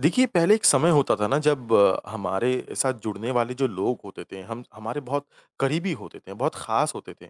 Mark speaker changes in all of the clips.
Speaker 1: देखिए, पहले एक समय होता था ना जब हमारे साथ जुड़ने वाले जो लोग होते थे, हम हमारे बहुत करीबी होते थे, बहुत ख़ास होते थे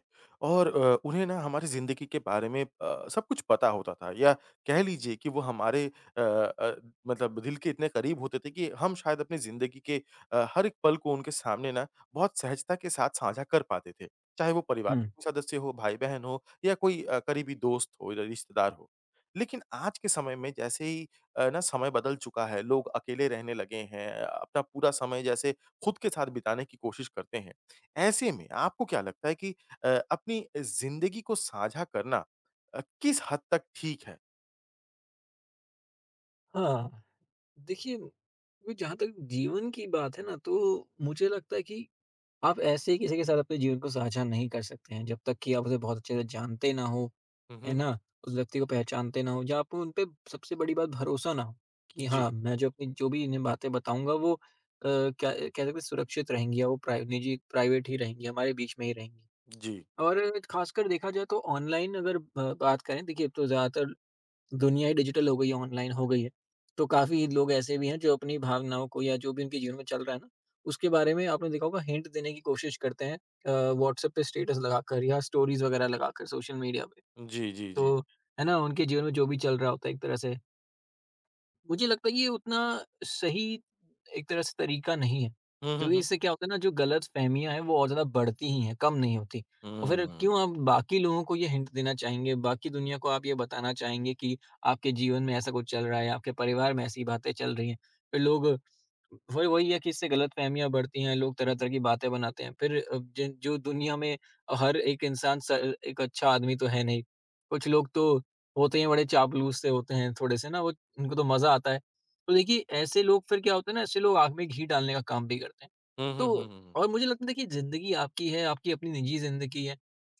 Speaker 1: और उन्हें ना हमारी ज़िंदगी के बारे में सब कुछ पता होता था या कह लीजिए कि वो हमारे अ अ, मतलब दिल के इतने करीब होते थे कि हम शायद अपनी ज़िंदगी के हर एक पल को उनके सामने ना बहुत सहजता के साथ साझा कर पाते थे। चाहे वो परिवार
Speaker 2: हुँ।
Speaker 1: का सदस्य हो, भाई-बहन हो या कोई करीबी दोस्त हो या रिश्तेदार हो। लेकिन आज के समय में जैसे ही ना समय बदल चुका है, लोग अकेले रहने लगे हैं, अपना पूरा समय जैसे खुद के साथ बिताने की कोशिश करते हैं। ऐसे में आपको क्या लगता है कि अपनी ज़िंदगी को साझा करना किस हद तक ठीक है?
Speaker 2: हाँ, देखिए वो जहाँ तक जीवन की बात है ना, तो मुझे लगता है कि आप ऐसे ही किसी के साथ अपने जीवन को साझा नहीं कर सकते हैं, जब तक कि आप उसे बहुत अच्छे से जानते ना हों,
Speaker 1: हुँ,
Speaker 2: है
Speaker 1: हुँ।
Speaker 2: ना? उस व्यक्ति को पहचानते ना हों या आपको उन पे सबसे बड़ी बात भरोसा ना हो कि
Speaker 1: जी,
Speaker 2: हाँ, मैं जो अपनी जो भी इन्हें बातें बताऊँगा वो क्या कह सकते हैं सुरक्षित रहेंगी या वो प्राइ निजी प्राइवेट ही रहेंगी, हमारे बीच में ही रहेंगी।
Speaker 1: जी।
Speaker 2: और ख़ासकर देखा जाए तो ऑनलाइन अगर ब बात करें देखिए, अब तो ज़्यादातर दुनिया ही डिजिटल हो गई है, ऑनलाइन हो गई है। तो काफ़ी लोग ऐसे भी हैं जो अपनी भावनाओं को या जो भी उनके जीवन में चल रहा है ना, उसके बारे में आपने देखा होगा हिंट देने की कोशिश करते हैं, व्हाट्सएप पे स्टेटस लगाकर या स्टोरीज़ वगैरह लगाकर सोशल मीडिया पे।
Speaker 1: जी, जी, जी।
Speaker 2: तो है ना, उनके जीवन में जो भी चल रहा होता है, एक तरह से मुझे लगता है ये उतना सही एक तरह से तरीका नहीं है।
Speaker 1: हुँ, हुँ,
Speaker 2: क्योंकि
Speaker 1: हुँ।
Speaker 2: इससे क्या होता है ना, जो गलतफ़हमियाँ हैं वो और ज़्यादा बढ़ती ही हैं, कम नहीं होती। और फिर
Speaker 1: हुँ।
Speaker 2: क्यों आप बाकी लोगों को ये हिंट देना चाहेंगे, बाकी दुनिया को आप ये बताना चाहेंगे कि आपके जीवन में ऐसा कुछ चल रहा है, आपके परिवार में ऐसी बातें चल रही हैं। फिर लोग फिर वही है कि इससे गलतफ़हमियाँ बढ़ती हैं, लोग तरह-तरह की बातें बनाते हैं। फिर जिन जो दुनिया में हर एक इंसान स एक अच्छा आदमी तो है नहीं। कुछ लोग तो होते ही बड़े चापलूस से होते हैं, थोड़े से ना, वो उनको तो मज़ा आता है। तो देखिए, ऐसे लोग फिर क्या होता है ना, ऐसे लोग आँख में घी डालने का काम भी करते हैं।
Speaker 1: हुँ, हुँ, हुँ,
Speaker 2: तो
Speaker 1: हुँ, हुँ।
Speaker 2: और मुझे लगता है, देखिए ज़िंदगी आपकी है, आपकी अपनी निजी ज़िंदगी है।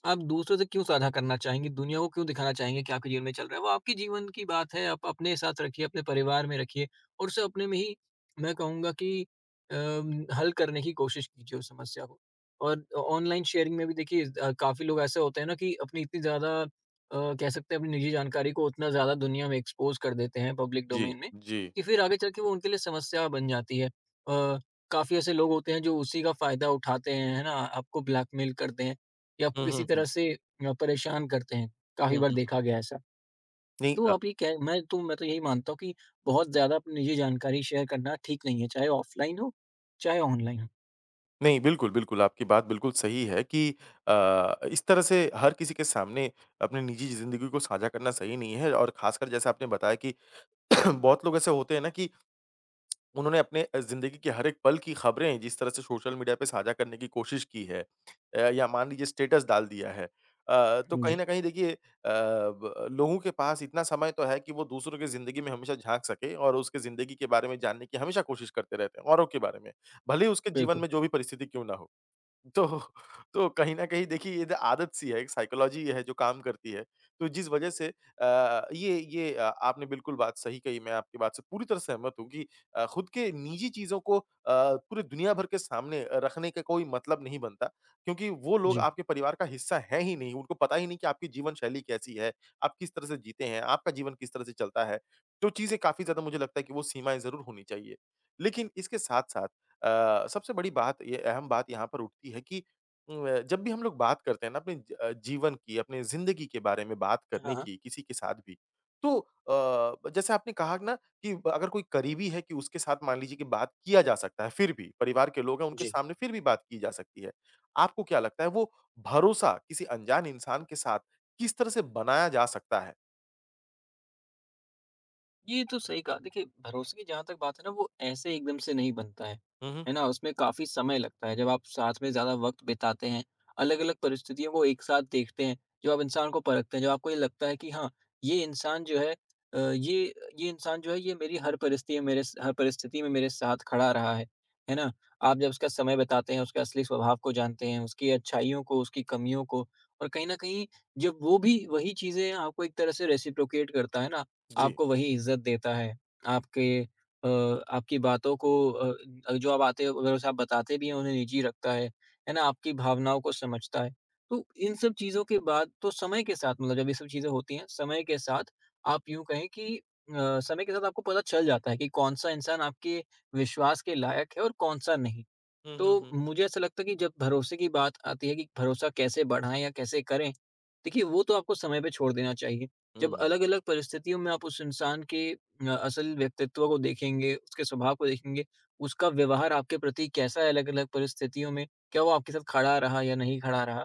Speaker 2: आप दूसरों से क्यों साझा करना चाहेंगे, दुनिया को क्यों दिखाना चाहेंगे कि आपके जीवन में चल रहा है? वो आपके जीवन की बात है, आप अपने साथ रखिए, अपने परिवार में रखिए और उसे अपने में ही, मैं कहूँगा कि हल करने की कोशिश कीजिए उस समस्या को। और ऑनलाइन शेयरिंग में भी देखिए, काफ़ी लोग ऐसे होते हैं ना कि अपनी इतनी ज़्यादा, कह सकते हैं अपनी निजी जानकारी को उतना ज़्यादा दुनिया में एक्सपोज़ कर देते हैं, पब्लिक
Speaker 1: जी,
Speaker 2: डोमेन में,
Speaker 1: जी।
Speaker 2: कि फिर आगे चल के वो उनके लिए समस्या बन जाती है। काफ़ी ऐसे लोग होते हैं जो उसी का फ़ायदा उठाते हैं, है ना? आपको ब्लैकमेल करते हैं या आपको
Speaker 1: हुँ,
Speaker 2: किसी
Speaker 1: हुँ, हुँ।
Speaker 2: तरह से परेशान करते हैं,
Speaker 1: हुँ,
Speaker 2: काफ़ी बार
Speaker 1: हुँ।
Speaker 2: देखा गया है ऐसा।
Speaker 1: नहीं
Speaker 2: तो आप ये कह मैं तो यही मानता हूँ कि बहुत ज़्यादा अपनी निजी जानकारी शेयर करना ठीक नहीं है, चाहे ऑफ़लाइन हो, चाहे ऑनलाइन हो।
Speaker 1: नहीं, बिल्कुल, बिल्कुल, आपकी बात बिल्कुल सही है कि इस तरह से हर किसी के सामने अपनी निजी ज़िंदगी को साझा करना सही नहीं है और ख़ासकर जैसा आपने बताया कि बहुत लोग ऐसे होते हैं ना कि उन्होंने अपने ज़िंदगी के हर एक पल की ख़बरें जिस तरह से सोशल मीडिया पे साझा करने की कोशिश की है या मान लीजिए स्टेटस डाल दिया है। तो कहीं
Speaker 2: जी,
Speaker 1: न कहीं देखिए ब लोगों के पास इतना समय तो है कि वो दूसरों की ज़िंदगी में हमेशा झाँक सकें और उसके ज़िंदगी के बारे में जानने की हमेशा कोशिश करते रहते हैं, औरों के बारे में, भले ही उसके जीवन
Speaker 2: बिल्कुल।
Speaker 1: में जो भी परिस्थिति क्यों ना हो। तो तो कहीं न कहीं देखिए ये तो आदत सी है, एक साइकोलॉजी है जो काम करती है। तो जिस वजह से ये आपने बिल्कुल बात सही कही, मैं आपकी बात से पूरी तरह सहमत हूँ कि खुद के निजी चीज़ों को पूरे दुनिया भर के सामने रखने का कोई मतलब नहीं बनता, क्योंकि वो लोग
Speaker 2: जी।
Speaker 1: आपके परिवार का हिस्सा हैं ही नहीं, उनको पता ही नहीं कि आपकी जीवन शैली कैसी है, आप किस तरह से जीते हैं, आपका जीवन किस तरह से चलता है। तो चीज़ें काफ़ी ज़्यादा मुझे लगता है कि वो सीमाएँ ज़रूर होनी चाहिए। लेकिन इसके साथ-साथ सबसे बड़ी बात ये अहम बात यहाँ पर उठती है कि जब भी हम लोग बात करते हैं ना अपने जीवन की, अपने ज़िंदगी के बारे में बात करने
Speaker 2: हाँ, हाँ।
Speaker 1: की किसी के साथ भी, तो जैसे आपने कहा ना कि अगर कोई करीबी है कि उसके साथ मान लीजिए कि बात किया जा सकता है फिर भी, परिवार के लोग हैं उनके
Speaker 2: जी।
Speaker 1: सामने फिर भी बात की जा सकती है। आपको क्या लगता है वो भरोसा किसी अनजान इंसान के साथ किस तरह से बनाया जा सकता है?
Speaker 2: ये तो सही कहा। देखिए, भरोसे की जहाँ तक बात है ना, वो ऐसे एकदम से नहीं बनता है।
Speaker 1: हुँ, हुँ।
Speaker 2: है ना? उसमें काफ़ी समय लगता है। जब आप साथ में ज़्यादा वक़्त बिताते हैं, अलग-अलग परिस्थितियों को एक साथ देखते हैं, जब आप इंसान को परखते हैं, जब आपको ये लगता है कि हाँ, ये इंसान जो है अ, ये ये इंसान जो है, ये मेरी हर परिस्थिति में मेरे साथ खड़ा रहा है। है ना? आप जब उसका समय बिताते हैं, उसके असली स्वभाव को जानते हैं, उसकी अच्छाइयों को, उसकी कमियों को, और कहीं न कहीं जब वो भी वही चीज़ें आपको एक तरह से रेसिप्रोकेट करता है ना,
Speaker 1: जी।
Speaker 2: आपको वही इज़्ज़त देता है। आपके अ, आपकी बातों को, जो आप आते हो, अगर उसे आप बताते भी हैं उन्हें निजी रखता है ना? आपकी भावनाओं को समझता है। तो इन सब चीज़ों के बाद तो समय के साथ, मतलब जब ये सब चीज़ें होती हैं, समय के साथ आप यूँ कहें कि समय के साथ आपको पता चल जाता है कि कौन-सा इंसान आपके विश्वास के लायक है और कौन-सा नहीं।
Speaker 1: हुँ, हुँ,
Speaker 2: तो
Speaker 1: हुँ।
Speaker 2: मुझे ऐसा लगता है कि जब भरोसे की बात आती है कि भरोसा कैसे बढ़ाएँ या कैसे करें, देखिए, वो तो आपको समय पे छोड़ देना चाहिए।
Speaker 1: हुँ,
Speaker 2: जब
Speaker 1: हुँ,
Speaker 2: अलग-अलग परिस्थितियों में आप उस इंसान के असल व्यक्तित्व को देखेंगे, उसके स्वभाव को देखेंगे, उसका व्यवहार आपके प्रति कैसा है अलग-अलग परिस्थितियों में, क्या वो आपके साथ खड़ा रहा या नहीं खड़ा रहा,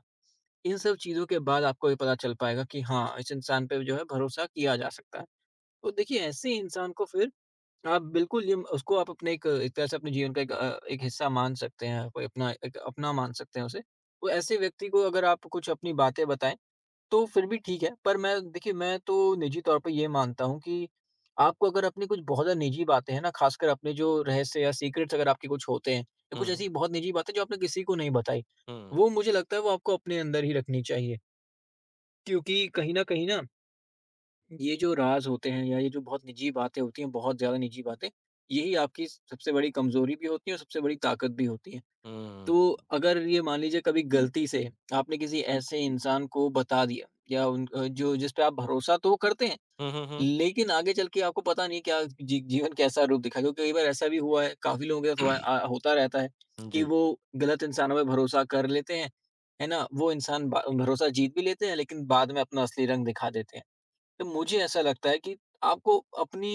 Speaker 2: इन सब चीज़ों के बाद आपको ये पता चल पाएगा कि हाँ, इस इंसान पे जो है भरोसा किया जा सकता है। तो देखिए, ऐसे इंसान को फिर आप बिल्कुल, ये उसको आप अपने एक एक तरह से अपने जीवन का एक हिस्सा मान सकते हैं, कोई अपना, एक अपना मान सकते हैं उसे। तो ऐसे व्यक्ति को अगर आप कुछ अपनी बातें बताएँ, तो फिर भी ठीक है। पर मैं देखिए मैं तो निजी तौर पे ये मानता हूँ कि आपको, अगर अपनी कुछ बहुत ज़्यादा निजी बातें हैं ना, ख़ासकर अपने जो रहस्य या सीक्रेट्स अगर आपके कुछ होते हैं, या
Speaker 1: हुँ,
Speaker 2: कुछ
Speaker 1: हुँ,
Speaker 2: ऐसी बहुत निजी बातें जो आपने किसी को नहीं बताई,
Speaker 1: हुँ,
Speaker 2: वो मुझे लगता है वो आपको अपने अंदर ही रखनी चाहिए। क्योंकि कहीं न कहीं ना, ये जो राज़ होते हैं या ये जो बहुत निजी बातें होती हैं, बहुत ज़्यादा निजी बातें, यही आपकी सबसे बड़ी कमज़ोरी भी होती है और सबसे बड़ी ताकत भी होती है।
Speaker 1: हुँ,
Speaker 2: तो अगर ये मान लीजिए कभी गलती से आपने किसी ऐसे इंसान को बता दिया, या जो जिस पे आप भरोसा तो करते हैं,
Speaker 1: हुँ, हुँ, हुँ, हुँ,
Speaker 2: लेकिन आगे चल के आपको पता नहीं है क्या जीवन कैसा रूप दिखाएगा, क्योंकि कई बार ऐसा भी हुआ है, काफ़ी लोगों के साथ हुआ है, होता रहता है कि
Speaker 1: जी,
Speaker 2: वो गलत इंसानों पे भरोसा कर लेते हैं, है ना? वो इंसान ब भरोसा जीत भी लेते हैं लेकिन बाद में अपना असली रंग दिखा देते हैं। तो मुझे ऐसा लगता है कि आपको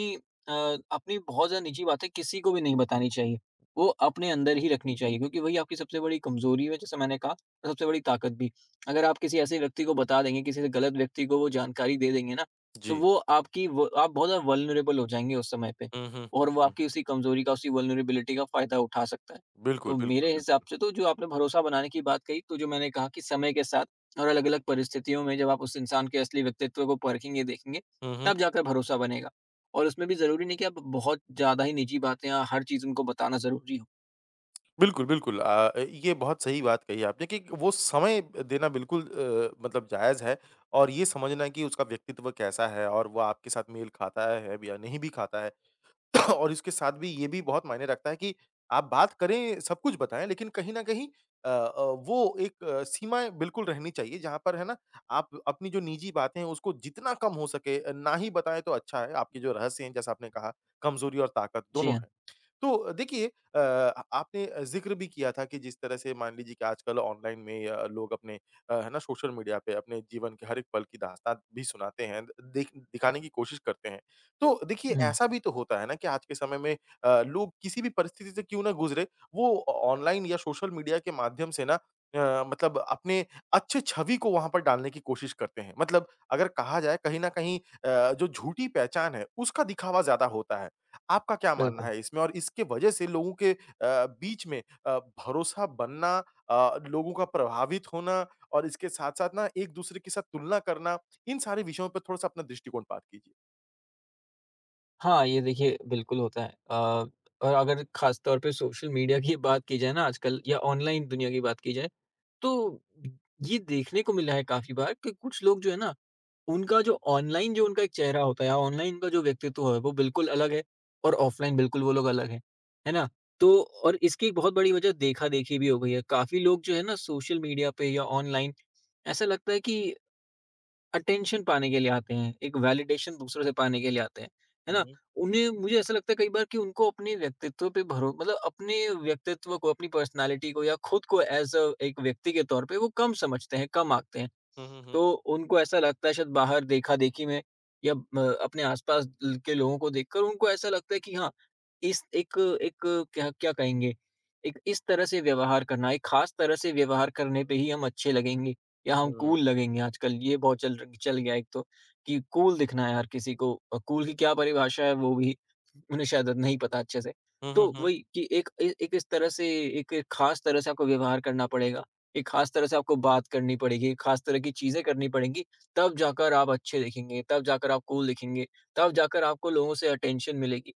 Speaker 2: अ, अपनी बहुत ज़्यादा निजी बातें किसी को भी नहीं बतानी चाहिए। वो अपने अंदर ही रखनी चाहिए, क्योंकि वही आपकी सबसे बड़ी कमज़ोरी है, जैसे मैंने कहा, और सबसे बड़ी ताकत भी। अगर आप किसी ऐसे व्यक्ति को बता देंगे, किसी गलत व्यक्ति को वो जानकारी दे देंगे ना, तो
Speaker 1: जी।
Speaker 2: वो आपकी व आप बहुत ज़्यादा वल्नरेबल हो जाएँगे उस समय पे,
Speaker 1: हुँ, हुँ, हुँ,
Speaker 2: और वो
Speaker 1: हुँ।
Speaker 2: आपकी उसी कमज़ोरी का, उसी वल्नरेबिलिटी का फ़ायदा उठा सकता है।
Speaker 1: बिल्कुल,
Speaker 2: तो
Speaker 1: बिल्कुल,
Speaker 2: मेरे हिसाब
Speaker 1: बिल्कुल।
Speaker 2: से तो, जो आपने भरोसा बनाने की बात कही, तो जो मैंने कहा कि समय के साथ और अलग-अलग परिस्थितियों में जब आप उस इंसान के असली व्यक्तित्व को परखेंगे, देखेंगे,
Speaker 1: हुँ, हुँ।
Speaker 2: तब जाकर भरोसा बनेगा। और उसमें भी ज़रूरी नहीं कि आप बहुत ज़्यादा ही निजी बातें या हर चीज़ उनको बताना ज़रूरी हो।
Speaker 1: बिल्कुल, बिल्कुल ये बहुत सही बात कही आपने कि वो समय देना बिल्कुल मतलब जायज़ है और ये समझना कि उसका व्यक्तित्व कैसा है और वो आपके साथ मेल खाता है या नहीं भी खाता है। और इसके साथ भी ये भी बहुत मायने रखता है कि आप बात करें, सब कुछ बताएँ लेकिन कहीं न कहीं वो एक सीमाएँ बिल्कुल रहनी चाहिए जहाँ पर है ना, आप अपनी जो निजी बातें हैं उसको जितना कम हो सके ना ही बताएँ तो अच्छा है। आपके जो रहस्य हैं जैसा आपने कहा, कमज़ोरी और ताकत
Speaker 2: जी
Speaker 1: दोनों
Speaker 2: हाँ।
Speaker 1: तो देखिए अ, आपने ज़िक्र भी किया था कि जिस तरह से मान लीजिए कि आजकल ऑनलाइन में लोग अपने है ना सोशल मीडिया पे अपने जीवन के हर एक पल की दास्तान भी सुनाते हैं, दिखाने की कोशिश करते हैं। तो देखिए
Speaker 2: हुँ,
Speaker 1: ऐसा भी तो होता है ना कि आज के समय में लोग किसी भी परिस्थिति से क्यों ना गुज़रे, वो ऑ ऑनलाइन या सोशल मीडिया के माध्यम से ना मतलब अपने अच्छे छवि को वहाँ पर डालने की कोशिश करते हैं। मतलब अगर कहा जाए कहीं न कहीं जो झूठी पहचान है उसका दिखावा ज़्यादा होता है। आपका क्या मानना
Speaker 2: बिल्कुल।
Speaker 1: है इसमें और इसके वजह से लोगों के बीच में भरोसा बनना लोगों का प्रभावित होना और इसके साथ-साथ ना एक-दूसरे के साथ तुलना करना, इन सारे विषयों पर थोड़ा-सा अपना दृष्टिकोण पात कीजिए?
Speaker 2: हाँ, ये देखिए बिल्कुल होता है। और अगर ख़ास तौर पे सोशल मीडिया की बात की जाए ना आजकल, या ऑनलाइन दुनिया की बात की जाए, तो ये देखने को मिला है काफ़ी बार कि कुछ लोग जो है ना, उनका जो ऑनलाइन जो उनका एक चेहरा होता है या ऑनलाइन का जो व्यक्तित्व है, वो बिल्कुल अलग है और ऑफ़लाइन बिल्कुल वो लोग अलग हैं। है ना? तो और इसकी एक बहुत बड़ी वजह देखा-देखी भी हो गई है। काफ़ी लोग जो है ना, सोशल मीडिया पे या ऑनलाइन ऐसा लगता है कि अटेंशन पाने के लिए आते हैं, एक वैलिडेशन दूसरों से पाने के लिए आते हैं, है
Speaker 1: हुँ,
Speaker 2: ना?
Speaker 1: हुँ।
Speaker 2: उन्हें, मुझे ऐसा लगता है कई बार कि उनको अपने व्यक्तित्व पे भरो मतलब अपने व्यक्तित्व को, अपनी पर्सनैलिटी को, या खुद को एज़ अ एक व्यक्ति के तौर पे वो कम समझते हैं, कम आँकते हैं।
Speaker 1: हुँ, हुँ, हुँ।
Speaker 2: तो उनको ऐसा लगता है शायद, बाहर देखा-देखी में या म अपने आस-पास ल के लोगों को देखकर उनको ऐसा लगता है कि हाँ, इस एक एक क्या क्या कहेंगे, एक इस तरह से व्यवहार करना, एक खास तरह से व्यवहार करने पे ही हम अच्छे लगेंगे या
Speaker 1: हुँ,
Speaker 2: हम
Speaker 1: हुँ, हुँ।
Speaker 2: कूल लगेंगे। आजकल ये बहुत चल गया है एक तो, कि कूल दिखना है हर किसी को, कूल की क्या परिभाषा है वो भी उन्हें शायद नहीं पता अच्छे से।
Speaker 1: हुँ, हुँ,
Speaker 2: तो
Speaker 1: हुँ।
Speaker 2: वही कि एक ए एक इस तरह से एक एक खास तरह से आपको व्यवहार करना पड़ेगा। एक खास तरह से आपको बात करनी पड़ेगी, खास तरह की चीज़ें करनी पड़ेंगी, तब जाकर आप अच्छे दिखेंगे, तब जाकर आप कूल दिखेंगे, तब जाकर आपको लोगों से अटेंशन मिलेगी।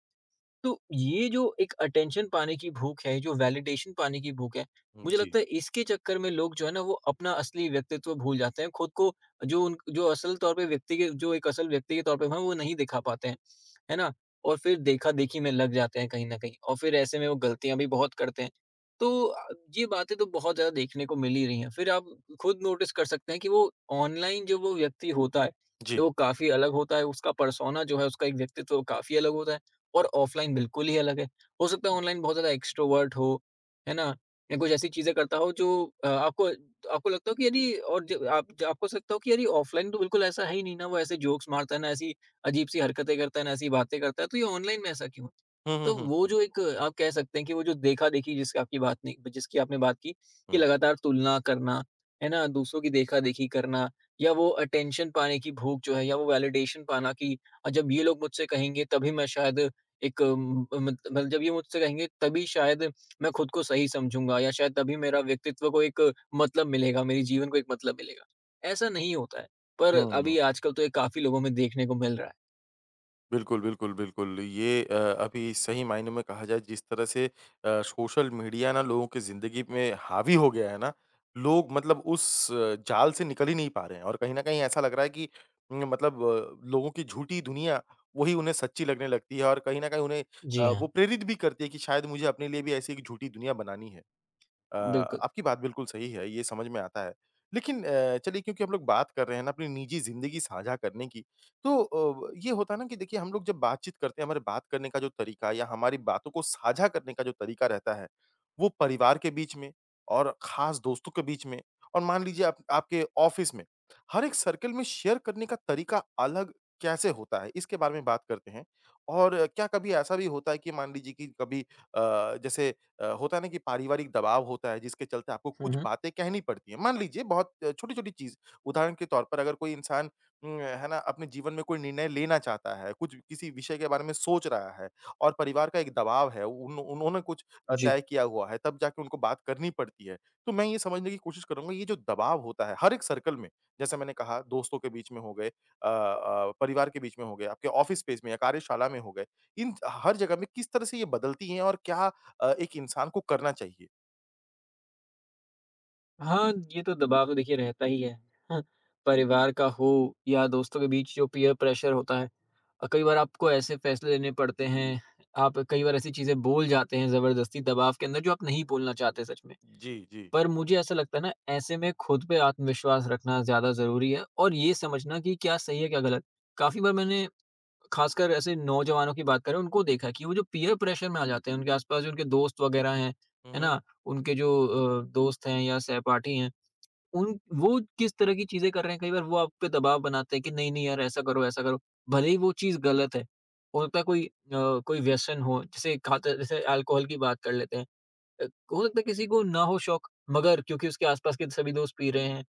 Speaker 2: तो ये जो एक अटेंशन पाने की भूख है, जो वैलिडेशन पाने की भूख है, मुझे
Speaker 1: जी,
Speaker 2: लगता है इसके चक्कर में लोग जो है ना, वो अपना असली व्यक्तित्व भूल जाते हैं। खुद को जो असल तौर पे, व्यक्ति के जो एक असल व्यक्ति के तौर पे हैं, वो नहीं दिखा पाते हैं। है ना? और फिर देखा-देखी में लग जाते हैं कहीं न कहीं, और फिर ऐसे में वो गलतियाँ भी बहुत करते हैं। तो अ, ये बातें तो बहुत ज़्यादा देखने को मिल ही रही हैं। फिर आप खुद नोटिस कर सकते हैं कि वो ऑनलाइन जो वो व्यक्ति होता है,
Speaker 1: जी।
Speaker 2: तो वो काफ़ी अलग होता है। उसका पर्सोना जो है, उसका एक व्यक्तित्व काफ़ी अलग होता है। और ऑफलाइन बिल्कुल ही अलग है। हो सकता है ऑनलाइन बहुत ज़्यादा एक्स्ट्रोवर्ट हो, है ना? या कुछ ऐसी चीज़ें करता हो जो आपको आपको लगता हो कि यार, ये और ज आप ज आपको लगता हो कि यार, ये ऑफलाइन तो बिल्कुल ऐसा है ही नहीं ना, वो ऐसे जोक्स मारता है ना, ऐसी अजीब-सी हरकतें करता है ना, ऐसी बातें करता है, तो ये ऑनलाइन में ऐसा क्यों है?
Speaker 1: हुँ, हुँ,
Speaker 2: तो
Speaker 1: हुँ,
Speaker 2: वो
Speaker 1: हुँ,
Speaker 2: जो एक, आप कह सकते हैं कि वो जो देखा-देखी, जिसकी आपकी बात नहीं जिसकी आपने बात की कि
Speaker 1: हुँ।
Speaker 2: लगातार तुलना करना, है ना? दूसरों की देखा-देखी करना या वो अटेंशन पाने की भूख जो है, या वो वैलिडेशन पाना कि जब ये लोग मुझसे कहेंगे तभी मैं शायद, एक म मत मतलब जब ये मुझसे कहेंगे तभी शायद मैं खुद को सही समझूँगा, या शायद तभी मेरा व्यक्तित्व को एक मतलब मिलेगा, मेरे जीवन को एक मतलब मिलेगा। ऐसा नहीं होता है, पर
Speaker 1: हुँ।
Speaker 2: अभी आजकल तो ये काफ़ी लोगों में देखने को मिल रहा है।
Speaker 1: बिल्कुल, बिल्कुल, बिल्कुल। ये अभी सही मायने में कहा जाए जिस तरह से सोशल मीडिया ना लोगों की ज़िंदगी में हावी हो गया है ना, लोग मतलब उस जाल से निकल ही नहीं पा रहे हैं और कहीं न कहीं ऐसा लग रहा है कि मतलब लोगों की झूठी दुनिया वही उन्हें सच्ची लगने लगती है और कहीं न कहीं उन्हें
Speaker 2: जी
Speaker 1: वो
Speaker 2: हाँ,
Speaker 1: प्रेरित भी करती है कि शायद मुझे अपने लिए भी ऐसी एक झूठी दुनिया बनानी है।
Speaker 2: बिल्कुल।
Speaker 1: आपकी बात बिल्कुल सही है, ये समझ में आता है। लेकिन चलिए क्योंकि हम लोग बात कर रहे हैं ना अपनी निजी ज़िंदगी साझा करने की, तो ये होता है ना कि देखिए हम लोग जब बातचीत करते हैं, हमारे बात करने का जो तरीका या हमारी बातों को साझा करने का जो तरीका रहता है, वो परिवार के बीच में और ख़ास दोस्तों के बीच में और मान लीजिए आप आपके ऑफ़िस में, हर एक सर्कल में शेयर करने का तरीका अलग कैसे होता है, इसके बारे में बात करते हैं। और क्या कभी ऐसा भी होता है कि मान लीजिए कि कभी अ, जैसे होता है ना कि पारिवारिक दबाव होता है जिसके चलते आपको
Speaker 2: हुँ,
Speaker 1: कुछ
Speaker 2: हुँ।
Speaker 1: बातें कहनी पड़ती हैं। मान लीजिए बहुत छोटी-छोटी चीज़ उदाहरण के तौर पर अगर कोई इंसान है ना अपने जीवन में कोई निर्णय लेना चाहता है, कुछ किसी विषय के बारे में सोच रहा है और परिवार का एक दबाव है, उन उन्होंने कुछ
Speaker 2: जी।
Speaker 1: तय किया हुआ है तब जाके उनको बात करनी पड़ती है। तो मैं ये समझने की कोशिश करूँगा ये जो दबाव होता है हर एक सर्कल में, जैसे मैंने कहा दोस्तों के बीच में हो गए परिवार के बीच में हो गए, आपके ऑफिस स्पेस में या कार्यशाला में हो गए, इन हर जगह में किस तरह से ये बदलती हैं और क्या एक इंसान को करना चाहिए।
Speaker 2: हाँ, ये तो दबाव तो देखिए रहता ही है। हाँ, परिवार का हो या दोस्तों के बीच जो पीयर प्रेशर होता है, कई बार आपको ऐसे फैसले लेने पड़ते हैं, आप कई बार ऐसी चीज़ें बोल जाते हैं ज़बरदस्ती दबाव के अंदर जो आप नहीं बोलना चाहते सच में।
Speaker 1: जी, जी।
Speaker 2: पर मुझे ऐसा लगता है ना, ऐसे में खुद पे आत्मविश्वास रखना ज़्यादा ज़रूरी है, और ये समझना कि क्या सही है क्या गलत। काफ़ी बार मैंने, खासकर ऐसे नौजवानों की बात करें, उनको देखा है कि वो जो पीयर प्रेशर में आ जाते हैं, उनके आस-पास जो उनके दोस्त वग़ैरह हैं,
Speaker 1: हुँ,
Speaker 2: है
Speaker 1: हुँ।
Speaker 2: ना? उनके जो दोस्त हैं या सहपाठी हैं, उन वो किस तरह की चीज़ें कर रहे हैं, कई बार वो आप पे दबाव बनाते हैं कि नहीं, नहीं यार ऐसा करो, ऐसा करो। भले ही वो चीज़ गलत है। हो सकता है कोई, कोई व्यसन हो, जैसे खाते जैसे अल्कोहल की बात कर लेते हैं। अ, हो सकता है किसी को ना हो शौक, मगर क्योंकि उसके आसपास के सभी दोस्त पी रहे हैं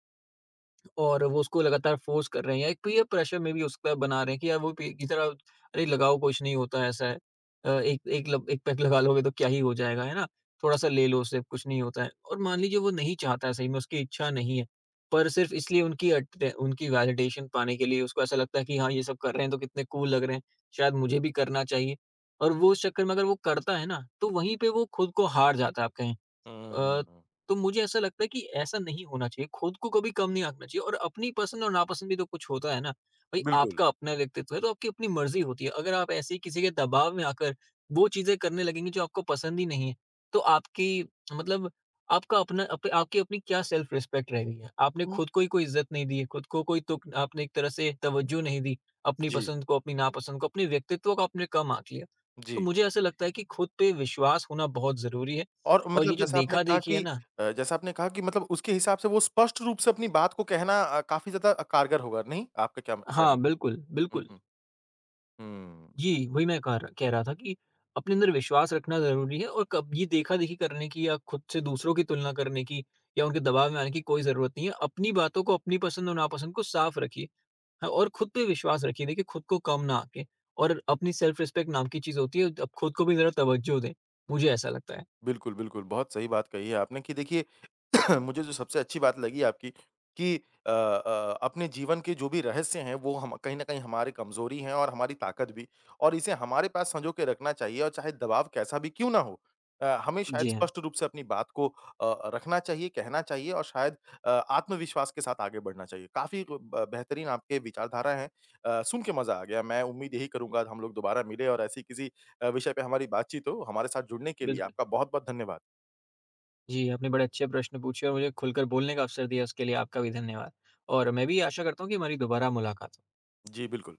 Speaker 2: और वो उसको लगातार फोर्स कर रहे हैं, या एक पीयर प्रेशर में भी उसका बना रहे हैं कि यार, वो पी- की तरह अरे लगाओ, कुछ नहीं होता, ऐसा है, एक एक लब, एक पैक लगा लोगे तो क्या ही हो जाएगा, है ना, थोड़ा सा ले लो, उससे कुछ नहीं होता है। और मान लीजिए वो नहीं चाहता है, सही में उसकी इच्छा नहीं है, पर सिर्फ इसलिए उनकी वैलिडेशन पाने के लिए उसको ऐसा लगता है कि हाँ, ये सब कर रहे हैं तो कितने कूल लग रहे हैं, शायद मुझे भी करना चाहिए। और वो उस चक्कर में अगर वो करता है ना, तो वहीं पे वो खुद को हार जाता है आप कहें। अ,
Speaker 1: हुँ,
Speaker 2: तो मुझे ऐसा लगता है कि ऐसा नहीं होना चाहिए। खुद को कभी कम नहीं आंकना चाहिए, और अपनी पसंद और नापसंद भी तो कुछ होता है ना। भई
Speaker 1: बिल्कुल।
Speaker 2: आपका अपना व्यक्तित्व है, तो आपकी अपनी मर्ज़ी होती है। अगर आप ऐसे ही किसी के दबाव में आकर वो चीज़ें करने लगेंगे जो आपको पसंद ही नहीं है, तो आपकी, मतलब, आपका अपना अप आपकी अपनी क्या सेल्फ रिस्पेक्ट रह गई है? आपने
Speaker 1: हुँ।
Speaker 2: खुद को ही कोई इज़्ज़त नहीं दी है, खुद को कोई तुक, आपने एक तरह से तवज्जो नहीं दी, अपनी
Speaker 1: जी,
Speaker 2: पसंद को, अपनी नापसंद को, अपने व्यक्तित्व को आपने कम आँक लिया। तो
Speaker 1: जी।
Speaker 2: मुझे ऐसा लगता है कि खुद पे विश्वास होना बहुत ज़रूरी है।
Speaker 1: और
Speaker 2: और ये
Speaker 1: मतलब
Speaker 2: जो
Speaker 1: जैसा आपने कहा
Speaker 2: देखा-देखी है
Speaker 1: कि
Speaker 2: ना।
Speaker 1: जैसा आपने कहा कि मतलब उसके हिसाब से वो स्पष्ट रूप से अपनी बात को कहना काफ़ी ज़्यादा कारगर होगा, नहीं? आपका क्या म कहना
Speaker 2: हाँ, बिल्कुल,
Speaker 1: है? हुँ,
Speaker 2: बिल्कुल।
Speaker 1: हुँ। हुँ।
Speaker 2: जी, वही मैं कह रहा था कि अपने अंदर विश्वास रखना ज़रूरी है, और कब ये देखा-देखी करने की या खुद से दूसरों की तुलना करने की या उनके दबाव में आने की कोई ज़रूरत नहीं है। अपनी बातों को, अपनी पसंद और नापसंद को साफ रखिए। हाँ, और खुद पे विश्वास रखिए। देखिए, खुद को कम ना आँकें, और अपनी सेल्फ रिस्पेक्ट नाम की चीज़ होती है, अब खुद को भी ज़रा तवज्जो दें। मुझे ऐसा लगता है।
Speaker 1: बिल्कुल, बिल्कुल, बहुत सही बात कही है आपने कि देखिए मुझे जो सबसे अच्छी बात लगी आपकी कि अपने जीवन के जो भी रहस्य हैं वो हम कहीं न कहीं हमारी कमज़ोरी हैं और हमारी ताकत भी और इसे हमारे पास सँजो के रखना चाहिए और चाहे दबाव कैसा भी क्यों ना हो हमें शायद
Speaker 2: जी हाँ,
Speaker 1: स्पष्ट रूप से अपनी बात को रखना चाहिए, कहना चाहिए और शायद आत्मविश्वास के साथ आगे बढ़ना चाहिए। काफ़ी ब बेहतरीन आपके विचारधारा हैं सुन के मज़ा आ गया। मैं उम्मीद यही करूँगा हम लोग दोबारा मिलें और ऐसी किसी विषय पे हमारी बातचीत हो। हमारे साथ जुड़ने के लिए
Speaker 2: बिल्कुल।
Speaker 1: आपका बहुत-बहुत धन्यवाद।
Speaker 2: जी, आपने बड़े अच्छे प्रश्न पूछे और मुझे खुलकर बोलने का अवसर दिया, उसके लिए आपका भी धन्यवाद। और मैं भी आशा करता हूँ कि हमारी दोबारा मुलाकात हो।
Speaker 1: जी, बिल्कुल।